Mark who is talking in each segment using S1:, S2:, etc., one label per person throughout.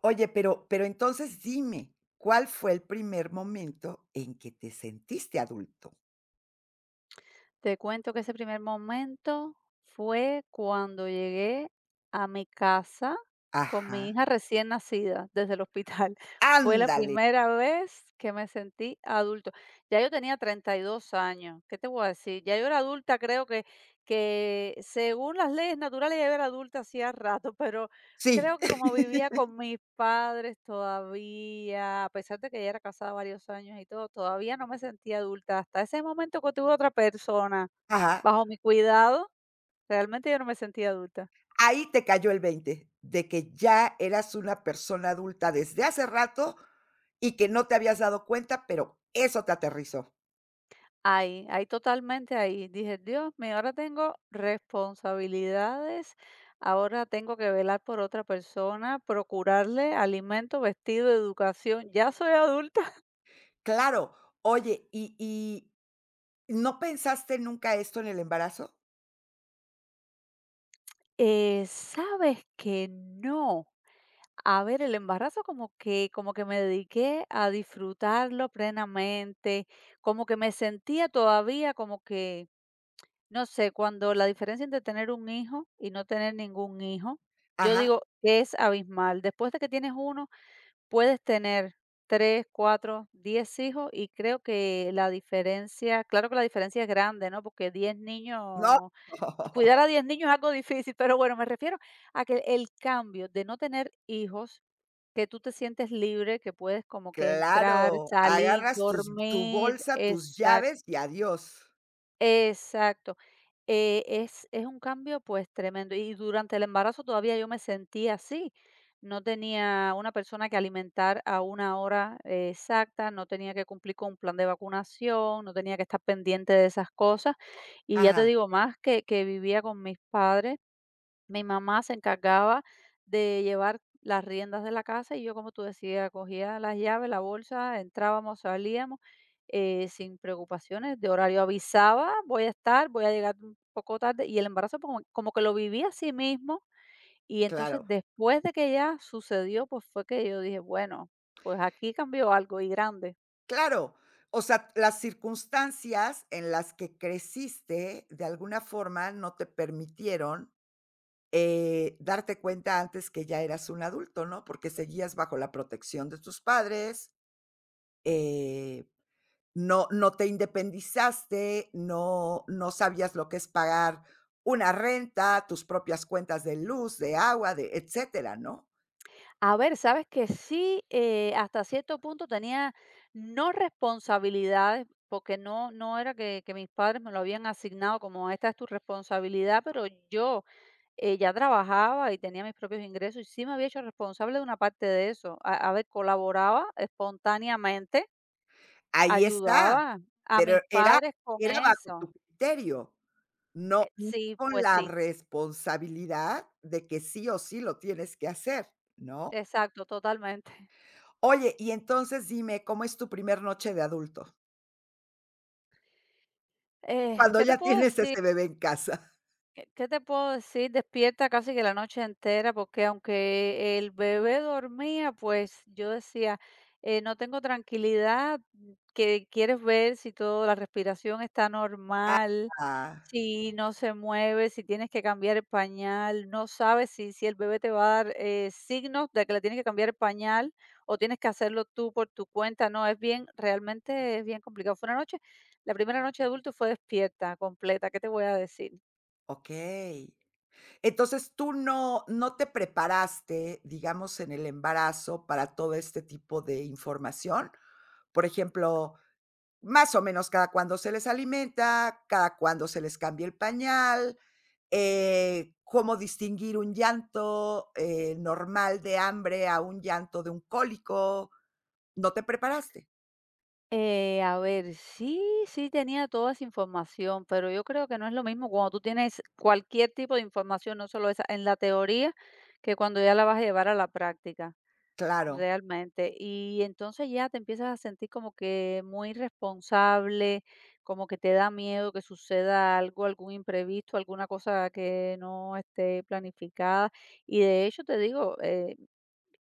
S1: Oye, pero entonces dime, ¿cuál fue el primer momento en que te sentiste adulto?
S2: Te cuento que ese primer momento fue cuando llegué a mi casa con mi
S1: Ajá,
S2: hija recién nacida desde el hospital. Fue la
S1: ándale,
S2: primera vez que me sentí adulto. Ya yo tenía 32 años. ¿Qué te voy a decir? Ya yo era adulta, creo que según las leyes naturales ya yo era adulta hacía rato, pero
S1: sí,
S2: creo que como vivía con mis padres todavía, a pesar de que ya era casada varios años y todo, todavía no me sentía adulta. Hasta ese momento que tuve otra persona
S1: ajá,
S2: bajo mi cuidado, realmente yo no me sentía adulta.
S1: ahí te cayó el 20, de que ya eras una persona adulta desde hace rato y que no te habías dado cuenta, pero eso te aterrizó.
S2: Ahí, totalmente ahí. Dije, Dios mío, ahora tengo responsabilidades, ahora tengo que velar por otra persona, procurarle alimento, vestido, educación. Ya soy adulta.
S1: Claro, oye, ¿y no pensaste nunca esto en el embarazo?
S2: ¿Sabes que no? A ver, el embarazo como que me dediqué a disfrutarlo plenamente, como que me sentía todavía como que, no sé, cuando la diferencia entre tener un hijo y no tener ningún hijo, yo
S1: Ajá,
S2: digo que es abismal. Después de que tienes uno, puedes tener 3 4 10 hijos y creo que la diferencia, claro que la diferencia es grande, ¿no? Porque 10
S1: no.
S2: niños, cuidar a 10 niños es algo difícil, pero bueno, me refiero a que el cambio de no tener hijos que tú te sientes libre, que puedes como que entrar,
S1: Claro,
S2: salir,
S1: agarras tus tu
S2: dormir,
S1: bolsa, tus
S2: exacto,
S1: llaves y adiós.
S2: exacto. Es un cambio, pues, tremendo. Y durante el embarazo todavía yo me sentía así. No tenía una persona que alimentar a una hora exacta, no tenía que cumplir con un plan de vacunación, no tenía que estar pendiente de esas cosas. Y ya te
S1: Ajá,
S2: digo, más que vivía con mis padres, mi mamá se encargaba de llevar las riendas de la casa y yo, como tú decías, cogía las llaves, la bolsa, entrábamos, salíamos, sin preocupaciones de horario. Avisaba, voy a estar, voy a llegar un poco tarde y el embarazo como, como que lo viví a sí mismo y entonces
S1: claro,
S2: después de que ya sucedió, pues fue que yo dije, bueno, pues aquí cambió algo y grande.
S1: claro. O sea, las circunstancias en las que creciste, de alguna forma, no te permitieron, darte cuenta antes que ya eras un adulto, ¿no? Porque seguías bajo la protección de tus padres, eh, no te independizaste, no sabías lo que es pagar una renta, tus propias cuentas de luz, de agua, de etcétera, ¿no?
S2: A ver, sabes que sí, hasta cierto punto tenía no responsabilidades, porque no, no era que mis padres me lo habían asignado como esta es tu responsabilidad, pero yo ya trabajaba y tenía mis propios ingresos y sí me había hecho responsable de una parte de eso. A ver, colaboraba espontáneamente,
S1: Ahí está,
S2: ayudaba a
S1: pero
S2: mis
S1: era
S2: padres con
S1: era bajo
S2: eso.
S1: tu criterio. No,
S2: Sí,
S1: con
S2: pues
S1: la
S2: sí,
S1: responsabilidad de que sí o sí lo tienes que hacer, ¿no?
S2: exacto, totalmente.
S1: Oye, y entonces dime, ¿cómo es tu primer noche de adulto? Cuando
S2: ¿Qué te
S1: ya
S2: puedo
S1: tienes
S2: decir?
S1: ese bebé en casa.
S2: ¿Qué te puedo decir? Despierta casi que la noche entera, porque aunque el bebé dormía, pues yo decía, no tengo tranquilidad, mm, que quieres ver si toda la respiración está normal,
S1: Ah,
S2: si no se mueve, si tienes que cambiar el pañal, no sabes si el bebé te va a dar signos de que le tienes que cambiar el pañal o tienes que hacerlo tú por tu cuenta. No, es bien, realmente es bien complicado. Fue una noche, la primera noche de adulto fue despierta, completa, ¿qué te voy a decir?
S1: okey. Entonces, tú no te preparaste, digamos, en el embarazo para todo este tipo de información. Por ejemplo, más o menos cada cuándo se les alimenta, cada cuándo se les cambia el pañal. Cómo distinguir un llanto, normal de hambre a un llanto de un cólico. ¿No te preparaste?
S2: A ver, sí, sí tenía toda esa información, pero yo creo que no es lo mismo cuando tú tienes cualquier tipo de información, no solo esa, en la teoría, que cuando ya la vas a llevar a la práctica,
S1: Claro,
S2: realmente. Y entonces ya te empiezas a sentir como que muy responsable, como que te da miedo que suceda algo, algún imprevisto, alguna cosa que no esté planificada. Y de hecho te digo,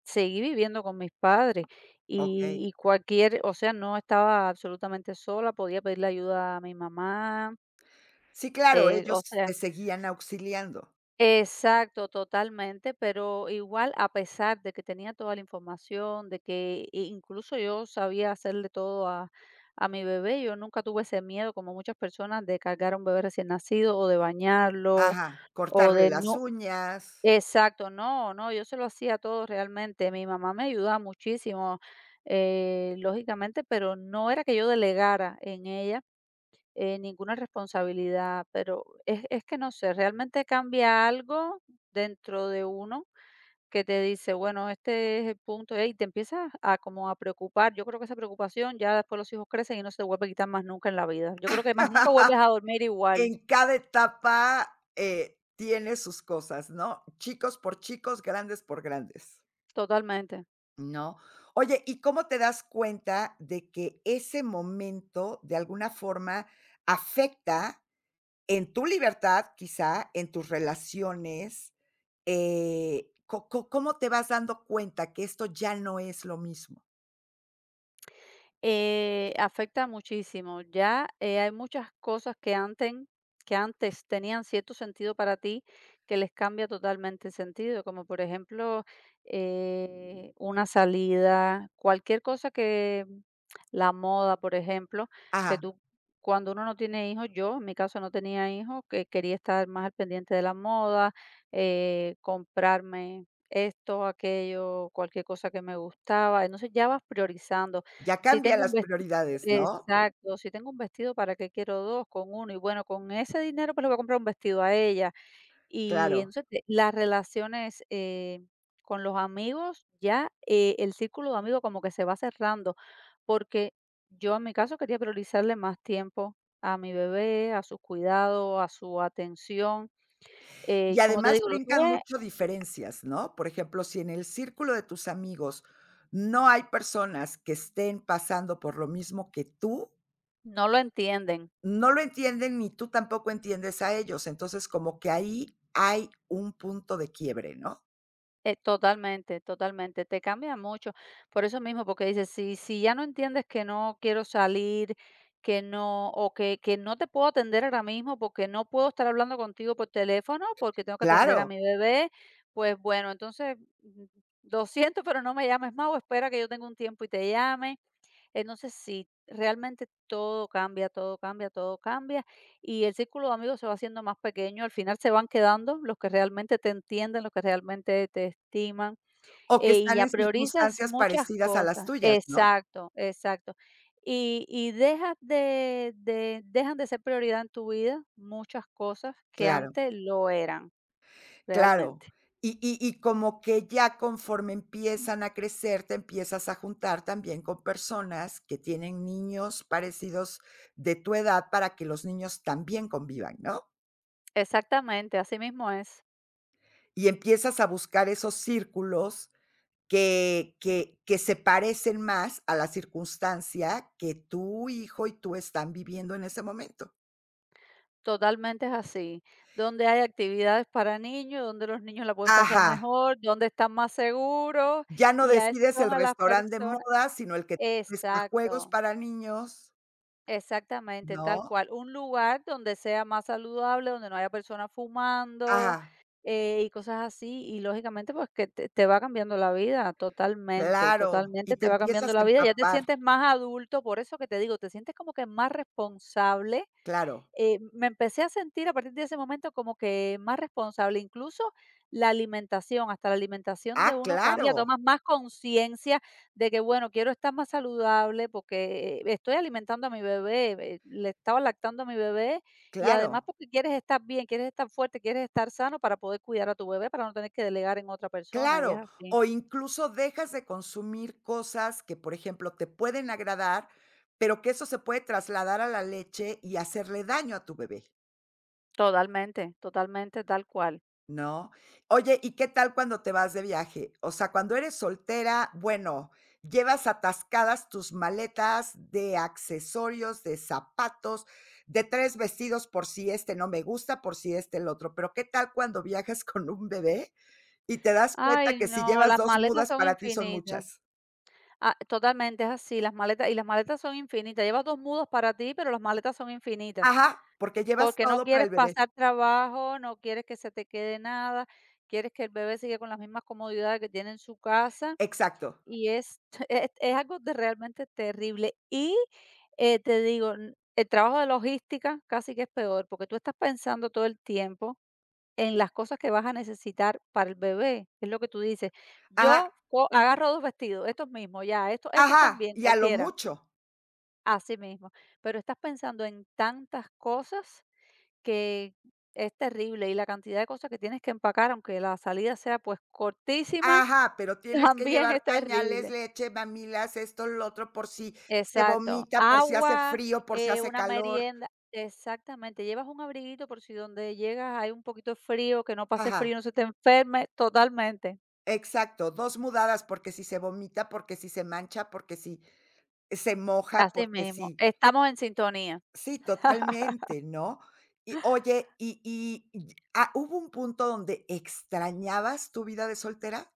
S2: seguí viviendo con mis padres y
S1: okey.
S2: y cualquier o sea, no estaba absolutamente sola, podía pedirle ayuda a mi mamá,
S1: Sí, claro,
S2: o
S1: ellos
S2: sea
S1: te seguían auxiliando.
S2: exacto, totalmente, pero igual, a pesar de que tenía toda la información, de que i incluso yo sabía hacerle todo a mi bebé, yo nunca tuve ese miedo, como muchas personas, de cargar a un bebé recién nacido o de bañarlo
S1: Ajá,
S2: o
S1: cortarle
S2: de
S1: las
S2: no
S1: uñas.
S2: exacto, no, no, yo se lo hacía todo realmente. Mi mamá me ayudaba muchísimo, lógicamente, pero no era que yo delegara en ella ninguna responsabilidad, pero es que no sé, realmente cambia algo dentro de uno que te dice, bueno, este es el punto, y te empiezas a como a preocupar. Yo creo que esa preocupación ya después los hijos crecen y no se te vuelve a quitar más nunca en la vida. Yo creo que más nunca vuelves a dormir igual,
S1: En cada etapa, tiene sus cosas, ¿no? Chicos por chicos, grandes por grandes,
S2: totalmente.
S1: ¿no? Oye, ¿y cómo te das cuenta de que ese momento, de alguna forma, afecta en tu libertad, quizá, en tus relaciones, co co ¿cómo te vas dando cuenta que esto ya no es lo mismo?
S2: Afecta muchísimo. Ya hay muchas cosas que antes tenían cierto sentido para ti que les cambia totalmente el sentido, como por ejemplo una salida, cualquier cosa que la moda, por ejemplo, que
S1: Ajá,
S2: tú cuando uno no tiene hijos, yo en mi caso no tenía hijos, que quería estar más al pendiente de la moda, comprarme esto, aquello, cualquier cosa que me gustaba. Entonces ya vas priorizando
S1: ya
S2: si
S1: cambian
S2: tengo un
S1: las
S2: vestido
S1: prioridades, ¿no?
S2: exacto, si tengo un vestido, ¿para qué quiero 2 con uno? Y bueno, con ese dinero, pues, le voy a comprar un vestido a ella. Y
S1: Claro.
S2: entonces, te las relaciones, con los amigos ya, el círculo de amigos como que se va cerrando, porque yo, en mi caso, quería priorizarle más tiempo a mi bebé, a su cuidado, a su atención.
S1: Y
S2: Como te
S1: además
S2: digo, lo
S1: brincan
S2: tuve
S1: mucho diferencias, ¿no? Por ejemplo, si en el círculo de tus amigos no hay personas que estén pasando por lo mismo que tú,
S2: no lo entienden.
S1: no lo entienden ni tú tampoco entiendes a ellos. Entonces, como que ahí hay un punto de quiebre, ¿no?
S2: Totalmente, totalmente, te cambia mucho. Por eso mismo, porque dices, si ya no entiendes que no quiero salir, que no, o que no te puedo atender ahora mismo porque no puedo estar hablando contigo por teléfono, porque tengo que atender a
S1: Claro.
S2: mi bebé, pues bueno, entonces, mm, lo siento, pero no me llames más o espera que yo tenga un tiempo y te llame. Entonces, sí, realmente todo cambia, todo cambia, todo cambia, y el círculo de amigos se va haciendo más pequeño, al final se van quedando los que realmente te entienden, los que realmente te estiman,
S1: O que
S2: y
S1: están
S2: ya
S1: en
S2: priorizas
S1: circunstancias
S2: muchas
S1: parecidas a las
S2: cosas.
S1: tuyas, ¿no?
S2: Exacto, exacto. Y dejas de dejan de ser prioridad en tu vida muchas cosas que
S1: Claro,
S2: antes lo eran,
S1: claro.
S2: realmente.
S1: Y como que ya conforme empiezan a crecer, te empiezas a juntar también con personas que tienen niños parecidos de tu edad para que los niños también convivan, ¿no?
S2: Exactamente, así mismo es.
S1: Y empiezas a buscar esos círculos que se parecen más a la circunstancia que tu hijo y tú están viviendo en ese momento.
S2: Totalmente es así. Donde hay actividades para niños, donde los niños la pueden pasar
S1: Ajá.
S2: mejor, donde están más seguros,
S1: Ya no
S2: y a eso
S1: decides el
S2: son a las
S1: restaurante de
S2: personas
S1: moda, sino el que ofrezca juegos
S2: exacto.
S1: para niños,
S2: Exactamente, tal
S1: ¿no?
S2: cual. Un lugar donde sea más saludable, donde no haya personas fumando
S1: Ah,
S2: y cosas así. Y lógicamente, pues que te va cambiando la vida totalmente,
S1: claro, y
S2: totalmente
S1: te
S2: te va cambiando
S1: empiezas a
S2: la vida. Ya te
S1: empapar,
S2: sientes más adulto, por eso que te digo, te sientes como que más responsable.
S1: claro.
S2: Me empecé a sentir a partir de ese momento como que más responsable, incluso la alimentación, hasta la alimentación de
S1: Ah,
S2: uno cambia,
S1: claro,
S2: tomas más conciencia de que, bueno, quiero estar más saludable porque, estoy alimentando a mi bebé, le estaba lactando a mi bebé y además
S1: claro,
S2: porque quieres estar bien, quieres estar fuerte, quieres estar sano para poder cuidar a tu bebé, para no tener que delegar en otra persona, y es
S1: claro.
S2: así.
S1: O incluso dejas de consumir cosas que, por ejemplo, te pueden agradar, pero que eso se puede trasladar a la leche y hacerle daño a tu bebé.
S2: Totalmente, totalmente, tal cual.
S1: No. Oye, ¿y qué tal cuando te vas de viaje? O sea, cuando eres soltera, bueno, llevas atascadas tus maletas de accesorios, de zapatos, de 3 vestidos por si este no me gusta, por si este el otro. Pero, ¿qué tal cuando viajas con un bebé y te das cuenta
S2: Ay,
S1: que si
S2: no,
S1: llevas
S2: las
S1: 2
S2: maletas
S1: mudas
S2: son
S1: para ti son
S2: infinitas.
S1: muchas?
S2: Ah, totalmente, es así, las maletas y las maletas son infinitas. Llevas 2 mudos para ti, pero las maletas son infinitas.
S1: Ajá, porque llevas
S2: Porque no
S1: todo para
S2: quieres
S1: el bebé.
S2: pasar trabajo, no quieres que se te quede nada, quieres que el bebé siga con las mismas comodidades que tiene en su casa,
S1: Exacto.
S2: y es es algo de realmente terrible. Y, te digo, n el trabajo de logística casi que es peor, porque tú estás pensando todo el tiempo en las cosas que vas a necesitar para el bebé, es lo que tú dices.
S1: Ajá,
S2: Yo co agarro 2 vestidos, estos mismos, ya, estos
S1: ajá,
S2: también,
S1: y a lo
S2: cualquiera,
S1: mucho.
S2: así mismo, pero estás pensando en tantas cosas que es terrible y la cantidad de cosas que tienes que empacar, aunque la salida sea pues cortísima,
S1: Ajá, pero tienes que
S2: también es
S1: llevar pañales,
S2: terrible.
S1: leche, mamilas, esto, lo otro, por si se
S2: Exacto,
S1: vomita, por si hace
S2: agua,
S1: frío, por si hace
S2: una
S1: calor.
S2: merienda, exactamente, llevas un abriguito por si donde llegas hay un poquito de frío, que no pase frío,
S1: Ajá,
S2: no se te enferme, totalmente.
S1: exacto, dos mudadas, porque si se vomita, porque si se mancha, porque si se moja,
S2: Así
S1: porque
S2: mismo,
S1: si
S2: estamos en sintonía.
S1: sí, totalmente, ¿no? Y oye, ¿hubo un punto donde extrañabas tu vida de soltera?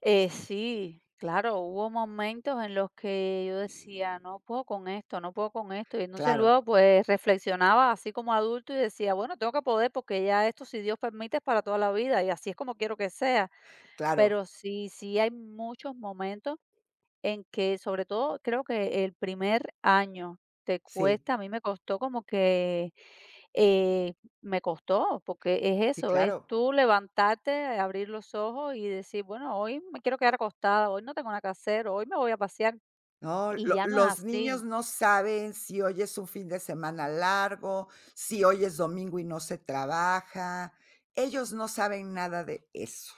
S2: Sí, claro, hubo momentos en los que yo decía, no puedo con esto, no puedo con esto. Y entonces
S1: Claro,
S2: luego pues reflexionaba así como adulto y decía, bueno, tengo que poder porque ya esto, si Dios permite, es para toda la vida y así es como quiero que sea.
S1: claro,
S2: Pero sí, sí hay muchos momentos en que, sobre todo, creo que el primer año te
S1: sí,
S2: cuesta, a mí me costó como que, eh, me costó, porque es
S1: sí,
S2: eso, es
S1: claro.
S2: tú levantarte, abrir los ojos y decir, bueno, hoy me quiero quedar acostada, hoy no tengo nada que hacer, hoy me voy a pasear,
S1: No,
S2: y
S1: lo
S2: ya no es
S1: los
S2: así.
S1: niños no saben si hoy es un fin de semana largo, si hoy es domingo y no se trabaja. Ellos no saben nada de eso.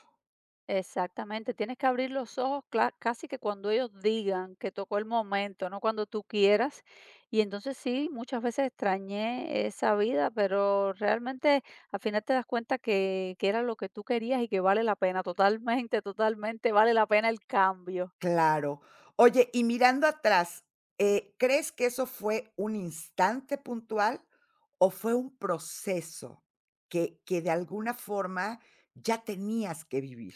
S2: Exactamente, tienes que abrir los ojos casi que cuando ellos digan que tocó el momento, no cuando tú quieras. Y entonces sí, muchas veces extrañé esa vida, pero realmente al final te das cuenta que era lo que tú querías y que vale la pena, totalmente, totalmente vale la pena el cambio.
S1: Claro. Oye, y mirando atrás, ¿crees que eso fue un instante puntual o fue un proceso que de alguna forma ya tenías que vivir?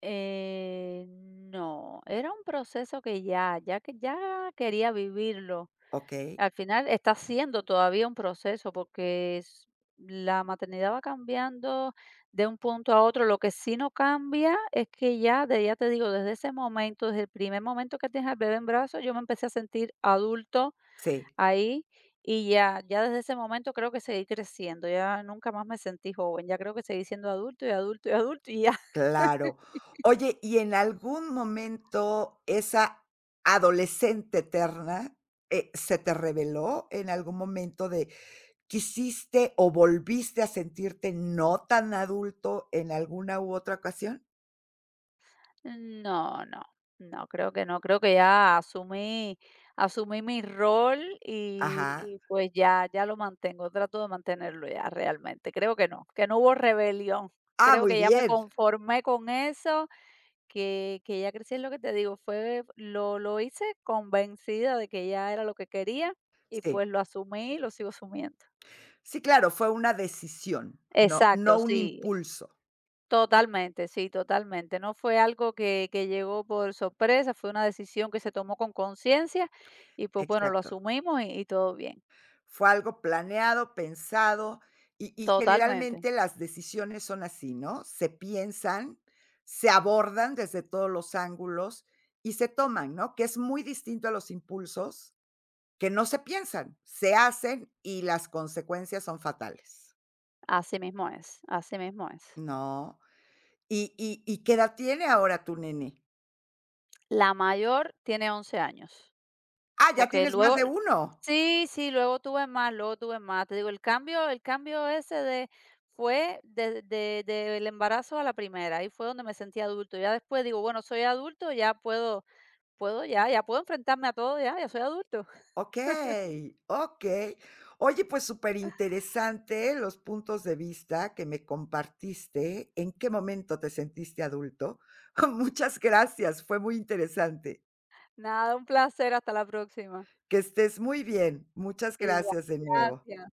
S2: No, era un proceso que ya que ya quería vivirlo.
S1: Okey,
S2: Al final está siendo todavía un proceso porque es la maternidad va cambiando de un punto a otro. Lo que sí no cambia es que ya te digo, desde ese momento, desde el primer momento que tienes al bebé en brazos, yo me empecé a sentir adulto
S1: sí.
S2: ahí y ya, ya desde ese momento creo que seguí creciendo. Ya nunca más me sentí joven. Ya creo que seguí siendo adulto y adulto y adulto y ya
S1: Claro. Oye, y en algún momento esa adolescente eterna, ¿se te reveló en algún momento de quisiste o volviste a sentirte no tan adulto en alguna u otra ocasión?
S2: no, no, no, creo que no, creo que ya asumí, asumí mi rol
S1: Ajá.
S2: y pues ya, ya lo mantengo, trato de mantenerlo ya realmente. Creo que no hubo rebelión.
S1: Ah,
S2: Creo
S1: muy
S2: que ya me
S1: bien.
S2: conformé con eso, que ya crecí en lo que te digo, fue, lo hice convencida de que ya era lo que quería y
S1: Sí.
S2: pues lo asumí y lo sigo asumiendo.
S1: Sí, claro, fue una decisión, no
S2: Exacto,
S1: un
S2: sí,
S1: impulso.
S2: totalmente, sí, totalmente. No fue algo que llegó por sorpresa, fue una decisión que se tomó con conciencia y pues bueno, lo
S1: Exacto.
S2: asumimos y todo bien.
S1: Fue algo planeado, pensado, y
S2: Totalmente.
S1: generalmente las decisiones son así, ¿no? Se piensan, se abordan desde todos los ángulos y se toman, ¿no? Que es muy distinto a los impulsos que no se piensan, se hacen y las consecuencias son fatales,
S2: Así mismo es, así mismo es.
S1: ¿no? ¿Y qué edad tiene ahora tu nene?
S2: La mayor tiene 11 años,
S1: Ah, ya
S2: porque
S1: tienes más
S2: luego,
S1: de uno.
S2: sí, sí, luego tuve más, luego tuve más. Te digo, el cambio ese de fue de, del embarazo a la primera, ahí fue donde me sentí adulto. Ya después digo, bueno, soy adulto, ya puedo, puedo ya, ya puedo enfrentarme a todo, ya, ya soy adulto.
S1: Okey, okey. Oye, pues súper interesante los puntos de vista que me compartiste, en qué momento te sentiste adulto. Muchas gracias, fue muy interesante.
S2: Nada, un placer, hasta la próxima.
S1: Que estés muy bien. Muchas
S2: Igual,
S1: gracias de nuevo.
S2: gracias.